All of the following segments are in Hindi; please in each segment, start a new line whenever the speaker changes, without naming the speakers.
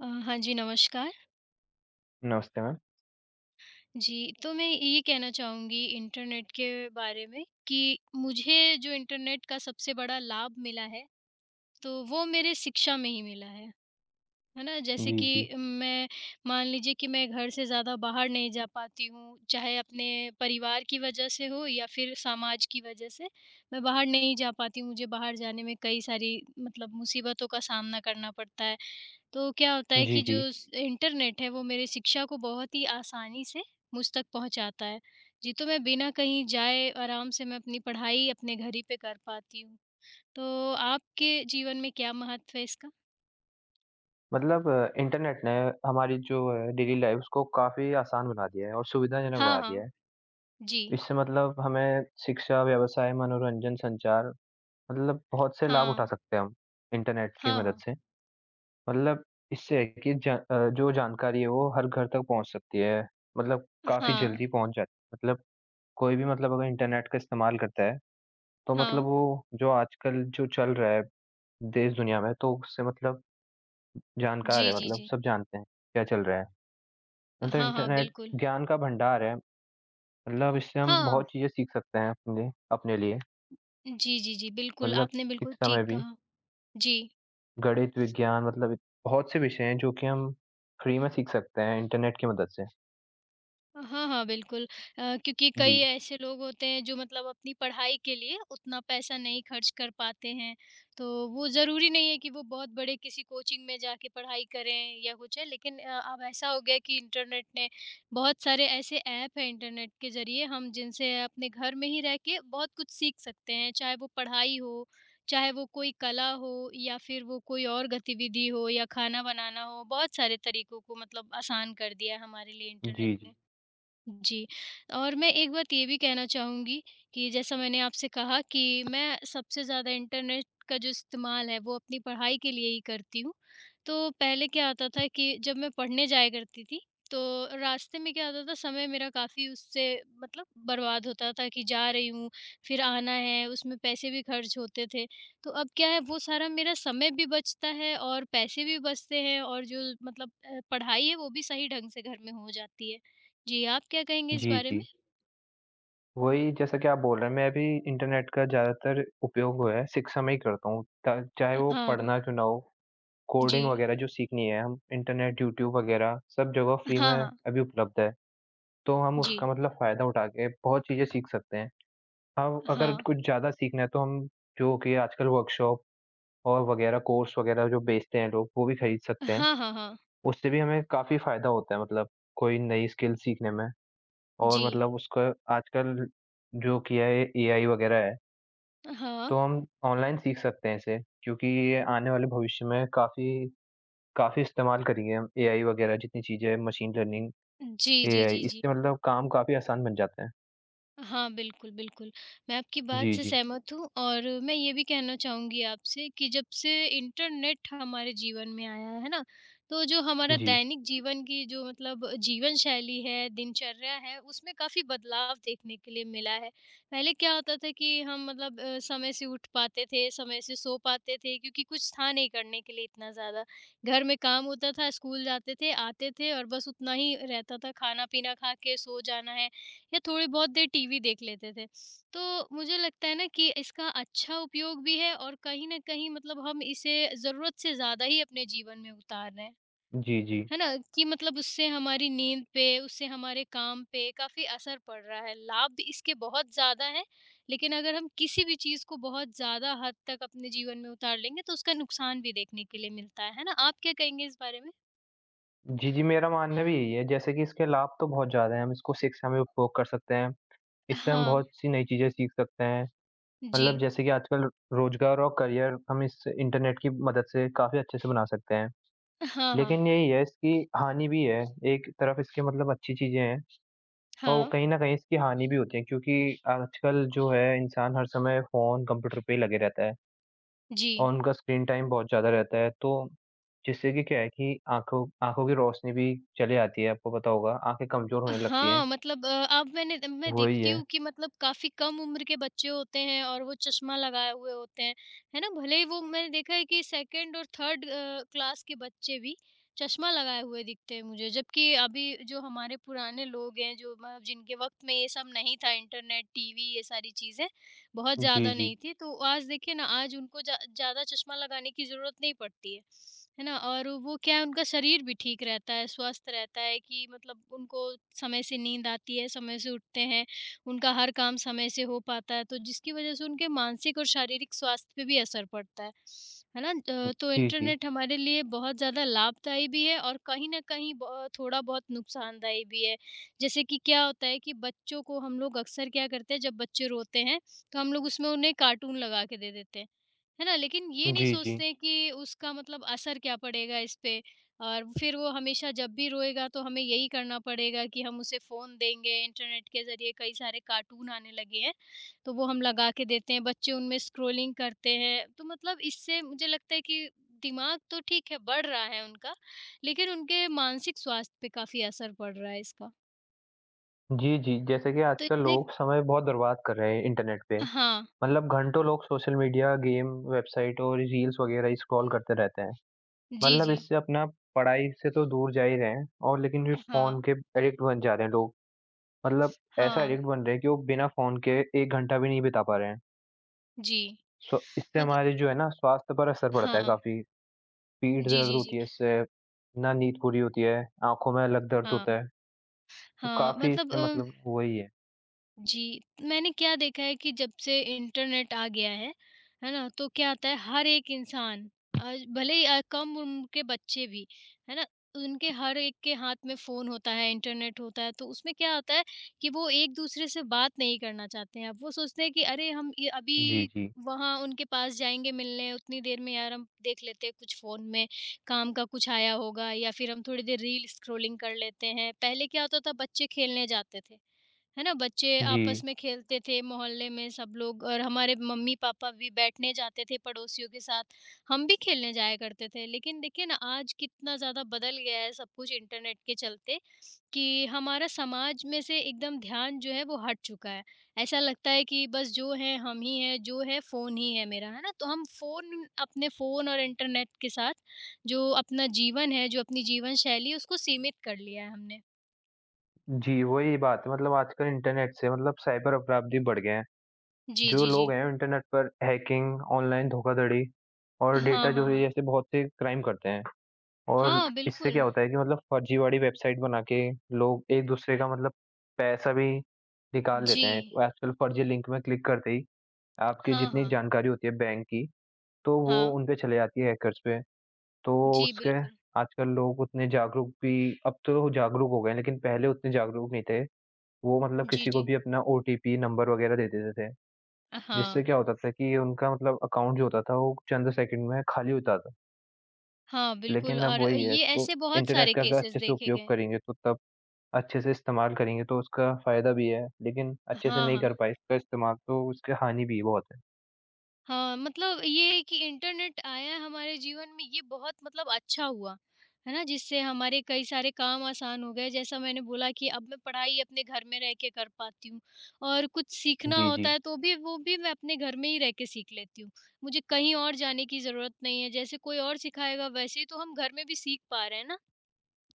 हाँ जी, नमस्कार।
नमस्ते मैम।
जी, तो मैं ये कहना चाहूँगी इंटरनेट के बारे में कि मुझे जो इंटरनेट का सबसे बड़ा लाभ मिला है, तो वो मेरे शिक्षा में ही मिला है। है ना? जैसे
जी, जी।
कि मैं मान लीजिए कि मैं घर से ज़्यादा बाहर नहीं जा पाती हूँ, चाहे अपने परिवार की वजह से हो या फिर समाज की वजह से, मैं बाहर नहीं जा पाती हूँ। मुझे बाहर जाने में कई सारी मतलब मुसीबतों का सामना करना पड़ता है। तो क्या होता है
जी,
कि जो
जी।
स इंटरनेट है वो मेरी शिक्षा को बहुत ही आसानी से मुझ तक पहुँचाता है। जी, तो मैं बिना कहीं जाए आराम से मैं अपनी पढ़ाई अपने घर ही पे कर पाती हूँ। तो आपके जीवन में क्या महत्व है इसका?
इंटरनेट ने हमारी जो है डेली लाइफ़्स को काफ़ी आसान बना दिया है और सुविधाजनक
हाँ,
बना दिया
हाँ।
है।
जी।
इससे मतलब हमें शिक्षा, व्यवसाय, मनोरंजन, संचार मतलब बहुत से लाभ उठा
हाँ।
सकते हैं हम इंटरनेट की
हाँ,
मदद
हाँ।
से। मतलब इससे है कि जो जानकारी है वो हर घर तक पहुँच सकती है। मतलब काफ़ी
हाँ,
जल्दी पहुँच जाती है। मतलब कोई भी मतलब अगर इंटरनेट का इस्तेमाल करता है, तो मतलब
हाँ।
वो जो आजकल जो चल रहा है देश-दुनिया में, तो उससे मतलब जानकार
जी,
है
जी,
मतलब
जी।
सब जानते हैं क्या चल रहा है। मतलब
हाँ, हाँ,
इंटरनेट
बिल्कुल।
ज्ञान का भंडार है मतलब इससे हम
हाँ।
बहुत चीज़ें सीख सकते हैं अपने अपने लिए
जी, जी, जी, बिल्कुल,
मतलब
आपने बिल्कुल
शिक्षा
ठीक
में भी
कहा। जी।
गणित, विज्ञान मतलब बहुत से विषय हैं जो कि हम फ्री में सीख सकते हैं इंटरनेट की मदद से।
हाँ, हाँ, बिल्कुल। क्योंकि कई
जी,
ऐसे लोग होते हैं जो मतलब अपनी पढ़ाई के लिए उतना पैसा नहीं खर्च कर पाते हैं। तो वो ज़रूरी नहीं है कि वो बहुत बड़े किसी कोचिंग में जाके पढ़ाई करें या कुछ है लेकिन अब ऐसा हो गया है कि इंटरनेट ने बहुत सारे ऐसे ऐप हैं इंटरनेट के ज़रिए हम जिनसे अपने घर में ही रह के बहुत कुछ सीख सकते हैं। चाहे वो पढ़ाई हो, चाहे वो कोई कला हो या फिर वो कोई और गतिविधि हो या खाना बनाना हो, बहुत सारे तरीकों को मतलब आसान कर दिया है हमारे लिए इंटरनेट
जी, जी।
ने। जी, और मैं एक बात ये भी कहना चाहूँगी कि जैसा मैंने आपसे कहा कि मैं सबसे ज़्यादा इंटरनेट का जो इस्तेमाल है, वो अपनी पढ़ाई के लिए ही करती हूँ। तो पहले क्या होता था कि जब मैं पढ़ने जाया करती थी, तो रास्ते में क्या होता था, समय मेरा काफ़ी उससे मतलब बर्बाद होता था कि जा रही हूँ, फिर आना है, उसमें पैसे भी खर्च होते थे। तो अब क्या है, वो सारा मेरा समय भी बचता है और पैसे भी बचते हैं और जो मतलब पढ़ाई है, वो भी सही ढंग से घर में हो जाती है। जी, आप क्या कहेंगे इस
जी,
बारे में?
जी। वही जैसा कि आप बोल रहे हैं मैं भी इंटरनेट का ज़्यादातर उपयोग जो है शिक्षा में ही करता हूँ। ता चाहे वो
हाँ,
पढ़ना क्यों ना हो,
जी।
कोडिंग वगैरह जो सीखनी है हम इंटरनेट, यूट्यूब वगैरह सब जगह फ्री
हाँ,
में
हाँ।
अभी उपलब्ध है। तो हम
जी।
उसका मतलब फ़ायदा उठा के बहुत चीज़ें सीख सकते हैं। हम अगर
हाँ।
कुछ ज़्यादा सीखना है तो हम जो कि आजकल वर्कशॉप और वगैरह कोर्स वगैरह जो बेचते हैं लोग, वो भी खरीद सकते हैं।
हाँ, हाँ, हाँ।
उससे भी हमें काफ़ी फ़ायदा होता है मतलब कोई नई स्किल सीखने में और
जी।
मतलब उसका आजकल जो किया है एआई वगैरह है,
हाँ।
तो हम ऑनलाइन सीख सकते हैं इसे क्योंकि ये आने वाले भविष्य में काफ़ी काफ़ी इस्तेमाल करेंगे हम एआई वगैरह जितनी चीज़ें मशीन लर्निंग,
जी, जी,
एआई
जी, जी।
इससे मतलब काम काफ़ी आसान बन जाते हैं।
हाँ, बिल्कुल, बिल्कुल। मैं आपकी बात
जी,
से
जी।
सहमत हूँ और मैं ये भी कहना चाहूँगी आपसे कि जब से इंटरनेट हमारे जीवन में आया है ना, तो जो हमारा
जी।
दैनिक जीवन की जो मतलब जीवन शैली है, दिनचर्या है, उसमें काफ़ी बदलाव देखने के लिए मिला है। पहले क्या होता था कि हम मतलब समय से उठ पाते थे, समय से सो पाते थे क्योंकि कुछ था नहीं करने के लिए इतना ज़्यादा। घर में काम होता था, स्कूल जाते थे, आते थे और बस उतना ही रहता था, खाना-पीना खा के सो जाना है। या थोड़ी बहुत देर टीवी देख लेते थे। तो मुझे लगता है ना कि इसका अच्छा उपयोग भी है और कहीं न कहीं मतलब हम इसे ज़रूरत से ज़्यादा ही अपने जीवन में उतार रहे हैं।
जी, जी।
है ना? कि मतलब उससे हमारी नींद पे, उससे हमारे काम पे काफ़ी असर पड़ रहा है। लाभ भी इसके बहुत ज़्यादा हैं, लेकिन अगर हम किसी भी चीज़ को बहुत ज़्यादा हद तक अपने जीवन में उतार लेंगे तो उसका नुकसान भी देखने के लिए मिलता है। है ना? आप क्या कहेंगे इस बारे में?
जी, जी, मेरा मानना भी यही है, जैसे कि इसके लाभ तो बहुत ज़्यादा हैं, हम इसको शिक्षा में उपयोग कर सकते हैं, इससे हम
हाँ।
बहुत-सी नई चीज़ें सीख सकते हैं,
जी।
मतलब जैसे कि आजकल रोज़गार और करियर हम इस इंटरनेट की मदद से काफ़ी अच्छे से बना सकते हैं।
हाँ, हाँ।
लेकिन यही है, इसकी हानि भी है, एक तरफ इसके मतलब अच्छी चीज़ें हैं और
हाँ।
कहीं न कहीं इसकी हानि भी होती है क्योंकि आजकल जो है इंसान हर समय फ़ोन, कंप्यूटर पे ही लगे रहता है।
जी।
और उनका स्क्रीन टाइम बहुत ज़्यादा रहता है, तो जिससे कि क्या है कि आँखों आँखों की रोशनी भी चली जाती है, आपको पता होगा, आँखें कमज़ोर होने लगती हैं।
हाँ, मतलब अब मैं
वही
देखती
है।
हूँ कि मतलब काफ़ी कम उम्र के बच्चे होते हैं और वो चश्मा लगाए हुए होते हैं, है ना? भले ही वो मैंने देखा है कि सेकंड और थर्ड क्लास के बच्चे भी चश्मा लगाए हुए दिखते हैं मुझे। जबकि अभी जो हमारे पुराने लोग हैं, जो मतलब जिनके वक़्त में ये सब नहीं था इंटरनेट, टीवी ये सारी चीज़ें, बहुत
जी,
ज़्यादा
जी।
नहीं थी, तो आज देखिए ना आज उनको ज़्यादा चश्मा लगाने की ज़रूरत नहीं पड़ती है ना? और वो क्या है उनका शरीर भी ठीक रहता है, स्वस्थ रहता है कि मतलब उनको समय से नींद आती है, समय से उठते हैं, उनका हर काम समय से हो पाता है, तो जिसकी वज़ह से उनके मानसिक और शारीरिक स्वास्थ्य पे भी असर पड़ता है ना? तो
जी, जी।
इंटरनेट हमारे लिए बहुत ज़्यादा लाभदायी भी है और कहीं न कहीं ब थोड़ा बहुत नुकसानदायी भी है। जैसे कि क्या होता है कि बच्चों को हम लोग अक्सर क्या करते हैं जब बच्चे रोते हैं तो हम लोग उसमें उन्हें कार्टून लगा के दे देते हैं, है ना? लेकिन ये नहीं
जी, जी।
सोचते हैं कि उसका मतलब असर क्या पड़ेगा इस पे और फिर वो हमेशा जब भी रोएगा तो हमें यही करना पड़ेगा कि हम उसे फ़ोन देंगे, इंटरनेट के ज़रिए कई सारे कार्टून आने लगे हैं, तो वो हम लगा के देते हैं, बच्चे उनमें स्क्रॉलिंग करते हैं। तो मतलब इससे मुझे लगता है कि दिमाग तो ठीक है, बढ़ रहा है उनका, लेकिन उनके मानसिक स्वास्थ्य पे काफ़ी असर पड़ रहा है इसका।
जी, जी, जैसे कि
तो
आजकल
इतने
लोग समय बहुत बर्बाद कर रहे हैं इंटरनेट पे।
हाँ,
मतलब घंटों लोग सोशल मीडिया, गेम, वेबसाइट और रील्स वगैरह ही स्क्रॉल करते रहते हैं।
जी,
मतलब
जी।
इससे अपना पढ़ाई से तो दूर जा ही रहे हैं और लेकिन ये फ़ोन
हाँ,
के एडिक्ट बन जा रहे हैं लोग। मतलब ऐसा
हाँ,
एडिक्ट बन रहे हैं कि वो बिना फ़ोन के 1 घंटा भी नहीं बिता पा रहे हैं।
जी।
स्व इससे
मतलब
हमारे जो है ना स्वास्थ्य पर असर पड़ता है
हाँ।
काफ़ी। पीठ
जी,
दर्द
जी, जी।
होती है इससे, ना नींद पूरी होती है, आँखों में अलग दर्द
हाँ।
होता है। तो
हाँ,
काफ़ी
मतलब
इसके मतलब वही है।
जी, मैंने क्या देखा है कि जब से इंटरनेट आ गया है ना? तो क्या आता है हर एक इंसान आज भले ही कम उम्र के बच्चे भी, है ना? उनके हर एक के हाथ में फ़ोन होता है, इंटरनेट होता है, तो उसमें क्या होता है कि वो एक-दूसरे से बात नहीं करना चाहते हैं। अब वो सोचते हैं कि अरे हम ये अभी
जी, जी।
वहाँ उनके पास जाएँगे मिलने, उतनी देर में यार हम देख लेते हैं कुछ फ़ोन में, काम का कुछ आया होगा या फिर हम थोड़ी देर रील स्क्रॉलिंग कर लेते हैं। पहले क्या होता था बच्चे खेलने जाते थे, है ना? बच्चे
जी।
आपस में खेलते थे मोहल्ले में सब लोग और हमारे मम्मी-पापा भी बैठने जाते थे पड़ोसियों के साथ, हम भी खेलने जाया करते थे। लेकिन देखिए ना आज कितना ज़्यादा बदल गया है सब कुछ इंटरनेट के चलते कि हमारा समाज में से एकदम ध्यान जो है वो हट चुका है। ऐसा लगता है कि बस जो है हम ही हैं, जो है फ़ोन ही है मेरा, है ना? तो हम फ़ोन अपने फ़ोन और इंटरनेट के साथ जो अपना जीवन है, जो अपनी जीवन शैली है उसको सीमित कर लिया है हमने।
जी, वही बात है मतलब आजकल इंटरनेट से मतलब साइबर अपराध भी बढ़ गए हैं।
जी,
जो
जी, जी।
लोग हैं इंटरनेट पर हैकिंग, ऑनलाइन धोखाधड़ी और
हाँ,
डेटा
हाँ,
चोरी
हाँ।
जैसे बहुत से क्राइम करते हैं। और
हाँ,
इससे क्या
बिल्कुल।
होता है कि मतलब फर्जीवाड़ी वेबसाइट बना के लोग एक-दूसरे का मतलब पैसा भी निकाल
जी।
लेते हैं। आजकल फर्जी लिंक में क्लिक करते ही आपकी
हाँ,
जितनी
हाँ।
जानकारी होती है बैंक की, तो वो
हाँ।
उन पे चले जाती है हैकर्स पे। तो
जी,
उसके
बिल्कुल।
आजकल लोग उतने जागरूक भी अब तो जागरूक हो गए हैं, लेकिन पहले उतने जागरूक नहीं थे। वो मतलब
जी,
किसी को
जी।
भी अपना ओटीपी नंबर वगैरह दे देते थे,
हाँ।
जिससे क्या होता था कि उनका मतलब अकाउंट जो होता था, वो चंद सेकंड में खाली होता था।
हाँ, बिल्कुल
लेकिन अब
और
वही है,
ये
इसको
ऐसे बहुत
इंटरनेट
सारे
का अगर
केसेस
अच्छे से
देखे
उपयोग
गए हैं।
करेंगे, तो तब अच्छे से इस्तेमाल करेंगे, तो उसका फ़ायदा भी है, लेकिन अच्छे से
हाँ,
नहीं
हाँ।
कर पाए इसका इस्तेमाल, तो उसकी हानि भी बहुत है।
हाँ, मतलब ये कि इंटरनेट आया हमारे जीवन में ये बहुत मतलब अच्छा हुआ, है ना? जिससे हमारे कई सारे काम आसान हो गए, जैसा मैंने बोला कि अब मैं पढ़ाई अपने घर में रह के कर पाती हूँ और कुछ सीखना
जी,
होता
जी।
है तो भी वो भी मैं अपने घर में ही रह के सीख लेती हूँ। मुझे कहीं और जाने की ज़रूरत नहीं है, जैसे कोई और सिखाएगा वैसे ही तो हम घर में भी सीख पा रहे हैं ना?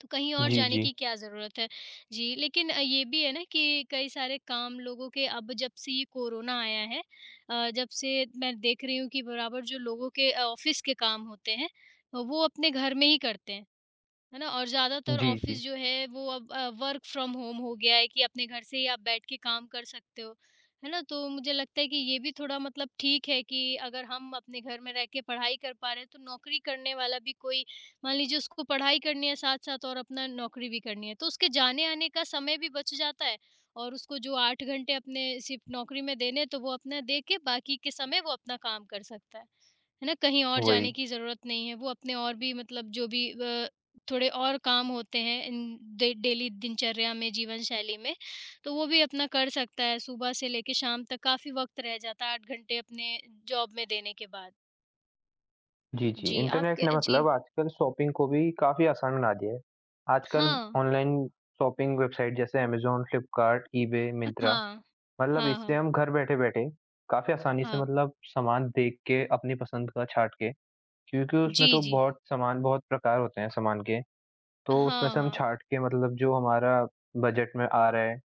तो कहीं और
जी,
जाने
जी।
की क्या ज़रूरत है। जी, लेकिन ये भी है ना कि कई सारे काम लोगों के अब जब से ये कोरोना आया है अ, जब से मैं देख रही हूँ कि बराबर जो लोगों के ऑफ़िस के काम होते हैं, वो अपने घर में ही करते हैं। है ना? और ज़्यादातर
जी, जी।
ऑफ़िस जो है वो अब वर्क फ्रॉम होम हो गया है कि अपने घर से ही आप बैठ के काम कर सकते हो, है ना? तो मुझे लगता है कि ये भी थोड़ा मतलब ठीक है कि अगर हम अपने घर में रह के पढ़ाई कर पा रहे हैं, तो नौकरी करने वाला भी कोई मान लीजिए उसको पढ़ाई करनी है साथ-साथ और अपना नौकरी भी करनी है, तो उसके जाने-आने का समय भी बच जाता है और उसको जो 8 घंटे अपने सिर्फ़ नौकरी में देने हैं, तो वो अपना दे के बाकी के समय वो अपना काम कर सकता है। है ना? कहीं और
वही।
जाने की ज़रूरत नहीं है, वो अपने और भी मतलब जो भी थोड़े और काम होते हैं इन डे डेली दिनचर्या में, जीवन शैली में, तो वो भी अपना कर सकता है सुबह से लेके शाम तक काफ़ी वक़्त रह जाता है 8 घंटे अपने जॉब में देने के बाद।
जी, जी।
जी,
इंटरनेट ने
आपके जी।
मतलब आजकल शॉपिंग को भी काफ़ी आसान बना दिया है। आजकल
हाँ।
ऑनलाइन शॉपिंग वेबसाइट जैसे अमेज़न, फ्लिपकार्ट, ईबे, मिंत्रा
हाँ।
मतलब
हाँ,
इससे
हाँ,
हम घर बैठे-बैठे काफ़ी आसानी से
हाँ।
मतलब सामान देख के अपनी पसंद का छाँट के क्योंकि उसमें
जी,
तो
जी।
बहुत सामान बहुत प्रकार होते हैं सामान के, तो उसमें
हाँ,
से हम
हाँ।
छाँट के मतलब जो हमारा बजट में आ रहा है,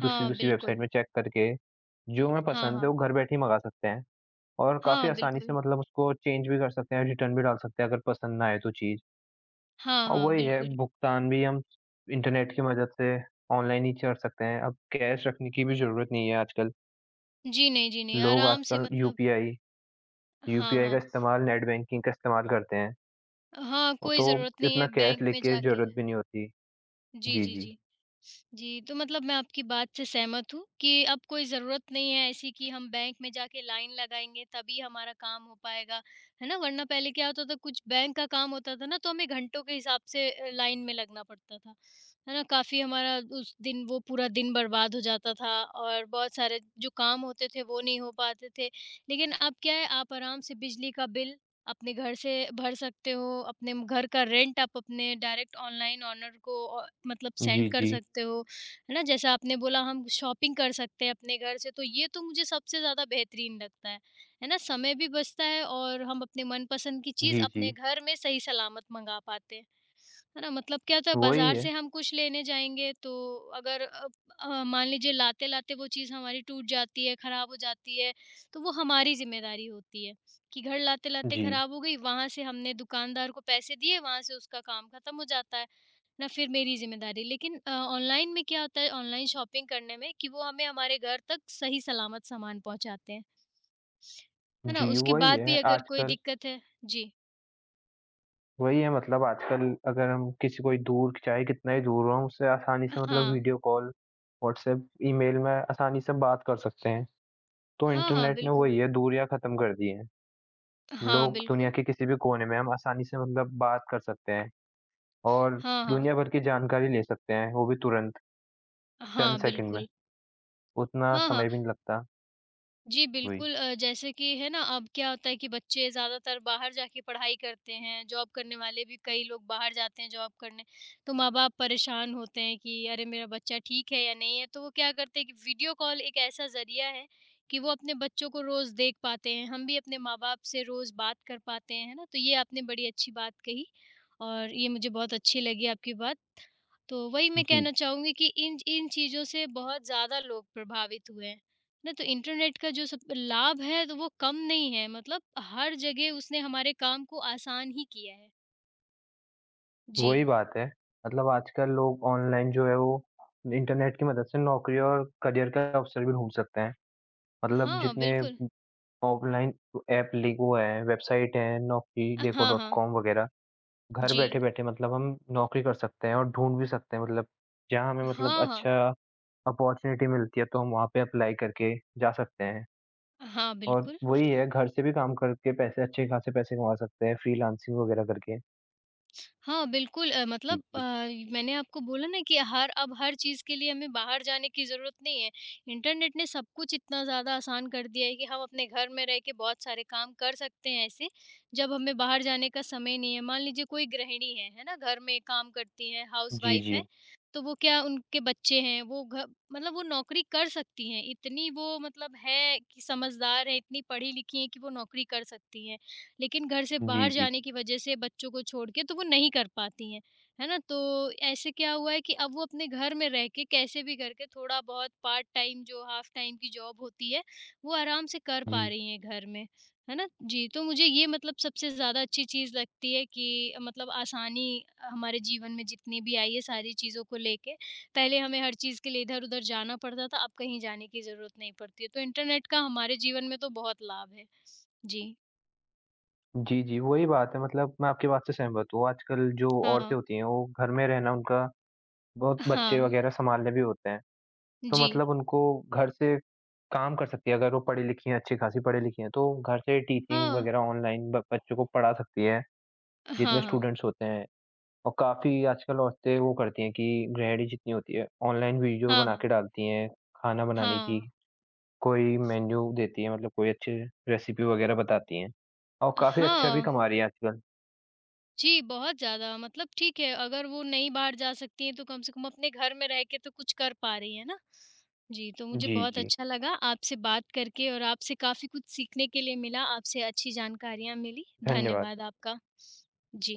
हाँ,
वेबसाइट
बिल्कुल।
में चेक करके, जो हमें
हाँ,
पसंद है
हाँ।
वो घर बैठे ही मँगा सकते हैं। और काफ़ी
हाँ,
आसानी से
बिल्कुल।
मतलब उसको चेंज भी कर सकते हैं, रिटर्न भी डाल सकते हैं अगर पसंद ना आए तो चीज़।
हाँ,
और
हाँ,
वही है
बिल्कुल।
भुगतान भी हम इंटरनेट की मदद से ऑनलाइन ही कर सकते हैं, अब कैश रखने की भी ज़रूरत नहीं है आजकल।
जी नहीं, जी नहीं,
लोग
आराम से
आजकल
मतलब
यूपीआई
हाँ,
यूपीआई का
हाँ।
इस्तेमाल नेट बैंकिंग का इस्तेमाल करते हैं,
हाँ,
और
कोई
तो
ज़रूरत नहीं
इतना
है
कैश
बैंक में
लेके
जाके।
ज़रूरत भी नहीं होती।
जी,
जी,
जी,
जी।
जी। जी, तो मतलब मैं आपकी बात से सहमत हूँ कि अब कोई ज़रूरत नहीं है ऐसी कि हम बैंक में जाके लाइन लगाएँगे तभी हमारा काम हो पाएगा, है ना? वरना पहले क्या होता था कुछ बैंक का काम होता था ना तो हमें घंटों के हिसाब से लाइन में लगना पड़ता था, है ना? काफ़ी हमारा उस दिन वो पूरा दिन बर्बाद हो जाता था और बहुत सारे जो काम होते थे वो नहीं हो पाते थे। लेकिन अब क्या है आप आराम से बिजली का बिल अपने घर से भर सकते हो, अपने घर का रेंट आप अपने डायरेक्ट ऑनलाइन ओनर को मतलब
जी,
सेंड कर
जी।
सकते हो। है ना? जैसा आपने बोला हम शॉपिंग कर सकते हैं अपने घर से, तो ये तो मुझे सबसे ज़्यादा बेहतरीन लगता है। है ना? समय भी बचता है और हम अपने मनपसंद की चीज़
जी, जी।
अपने घर में सही सलामत मँगा पाते हैं। है ना? मतलब क्या होता है
वही
बाज़ार
है।
से हम कुछ लेने जाएँगे तो अगर मान लीजिए लाते-लाते वो चीज़ हमारी टूट जाती है, ख़राब हो जाती है, तो वो हमारी ज़िम्मेदारी होती है कि घर लाते-लाते
जी।
ख़राब हो गई, वहाँ से हमने दुकानदार को पैसे दिए, वहाँ से उसका काम ख़त्म हो जाता है। ना फिर मेरी ज़िम्मेदारी। लेकिन ऑनलाइन में क्या होता है ऑनलाइन शॉपिंग करने में कि वो हमें हमारे घर तक सही सलामत सामान पहुँचाते हैं। है ना?
जी,
उसके
वही
बाद भी
है
अगर कोई
आजकल
दिक्कत है जी।
वही है मतलब आजकल अगर हम किसी कोई दूर चाहे कितना ही दूर हो उससे आसानी से मतलब
हाँ।
वीडियो कॉल व्हाट्सएप ईमेल में आसानी से बात कर सकते हैं तो
हाँ, हाँ,
इंटरनेट ने
बिल्कुल।
वही है दूरियां खत्म कर दी हैं
हाँ,
लोग दुनिया
बिल्कुल।
के किसी भी कोने में हम आसानी से मतलब बात कर सकते हैं और
हाँ, हाँ।
दुनिया भर की जानकारी ले सकते हैं वो भी तुरंत चंद
हाँ,
सेकंड में
बिल्कुल।
उतना
हाँ, हाँ।
समय भी नहीं लगता
जी,
वही
बिल्कुल, जैसे कि है ना अब क्या होता है कि बच्चे ज़्यादातर बाहर जाके पढ़ाई करते हैं, जॉब करने वाले भी कई लोग बाहर जाते हैं जॉब करने, तो माँ-बाप परेशान होते हैं कि अरे! मेरा बच्चा ठीक है या नहीं है, तो वो क्या करते हैं कि वीडियो कॉल एक ऐसा ज़रिया है कि वो अपने बच्चों को रोज़ देख पाते हैं, हम भी अपने माँ-बाप से रोज़ बात कर पाते हैं, है ना? तो ये आपने बड़ी अच्छी बात कही और ये मुझे बहुत अच्छी लगी आपकी बात। तो वही मैं
जी
कहना चाहूँगी कि इन इन चीज़ों से बहुत ज़्यादा लोग प्रभावित हुए हैं। ना तो इंटरनेट का जो सब लाभ है तो वो कम नहीं है, मतलब हर जगह उसने हमारे काम को आसान ही किया है। जी।
वही बात है मतलब आजकल लोग ऑनलाइन जो है वो इंटरनेट की मदद से नौकरी और करियर का अवसर भी ढूंढ सकते हैं मतलब
हाँ,
जितने
बिल्कुल।
ऑफलाइन ऐप लिगो है, वेबसाइट है, नौकरी देखो
हाँ,
डॉट
हाँ।
कॉम वगैरह। घर
जी।
बैठे-बैठे मतलब हम नौकरी कर सकते हैं और ढूँढ भी सकते हैं मतलब जहाँ हमें मतलब
हाँ, हाँ।
अच्छा अपॉर्च्युनिटी मिलती है तो हम वहाँ पे अप्लाई करके जा सकते हैं।
हाँ,
और
बिल्कुल।
वही है घर से भी काम करके पैसे अच्छे खासे पैसे कमा सकते हैं फ्रीलांसिंग वगैरह करके।
हाँ, बिल्कुल अ,
जी,
मतलब अ,
जी।
मैंने आपको बोला ना कि हर अब हर चीज़ के लिए हमें बाहर जाने की ज़रूरत नहीं है। इंटरनेट ने सब कुछ इतना ज़्यादा आसान कर दिया है कि हम अपने घर में रह के बहुत सारे काम कर सकते हैं ऐसे, जब हमें बाहर जाने का समय नहीं है। मान लीजिए कोई गृहिणी है ना? घर में काम करती हैं,
जी,
हाउसवाइफ़
जी।
हैं, तो वो क्या उनके बच्चे हैं, वो घ मतलब वो नौकरी कर सकती हैं। इतनी वो मतलब है कि समझदार है, इतनी पढ़ी-लिखी हैं कि वो नौकरी कर सकती हैं। लेकिन घर से
जी,
बाहर
जी।
जाने की वजह से बच्चों को छोड़ के तो वो नहीं कर पाती हैं, है ना? तो ऐसे क्या हुआ है कि अब वो अपने घर में रह के कैसे भी करके थोड़ा-बहुत पार्ट टाइम जो हाफ़ टाइम की जॉब होती है, वो आराम से कर पा
जी।
रही हैं घर में, है ना? जी, तो मुझे ये मतलब सबसे ज़्यादा अच्छी चीज़ लगती है कि मतलब आसानी हमारे जीवन में जितनी भी आई है सारी चीज़ों को लेके, पहले हमें हर चीज़ के लिए इधर-उधर जाना पड़ता था, अब कहीं जाने की ज़रूरत नहीं पड़ती है, तो इंटरनेट का हमारे जीवन में तो बहुत लाभ है। जी,
जी, जी, वही बात है मतलब मैं आपकी बात से सहमत हूँ। आजकल जो औरतें
हाँ।
होती हैं वो घर में रहना उनका बहुत बच्चे
हाँ,
वगैरह सँभालने भी होते हैं। तो
जी।
मतलब उनको घर से काम कर सकती है, अगर वो पढ़ी लिखी हैं, अच्छी खासी पढ़ी लिखी हैं, तो घर से टीचिंग
हाँ,
वगैरह ऑनलाइन ब बच्चों को पढ़ा सकती हैं,
हाँ,
जितने
हाँ।
स्टूडेंट्स होते हैं। और काफ़ी आजकल औरतें वो करती हैं कि गृहिणी जितनी होती है, ऑनलाइन वीडियो
हाँ,
बना
हाँ।
के डालती हैं, खाना बनाने की,
हाँ,
कोई मेन्यू देती हैं, मतलब कोई अच्छी रेसिपी वगैरह बताती हैं। और काफ़ी अच्छा भी
हाँ।
कमा रही हैं आजकल।
जी, बहुत ज़्यादा मतलब ठीक है अगर वो नहीं बाहर जा सकती हैं तो कम से कम अपने घर में रह के तो कुछ कर पा रही हैं ना। जी, तो मुझे
जी,
बहुत
जी।
अच्छा लगा आपसे बात करके और आपसे काफ़ी कुछ सीखने के लिए मिला, आपसे अच्छी जानकारियाँ मिली।
धन्यवाद।
धन्यवाद आपका। जी।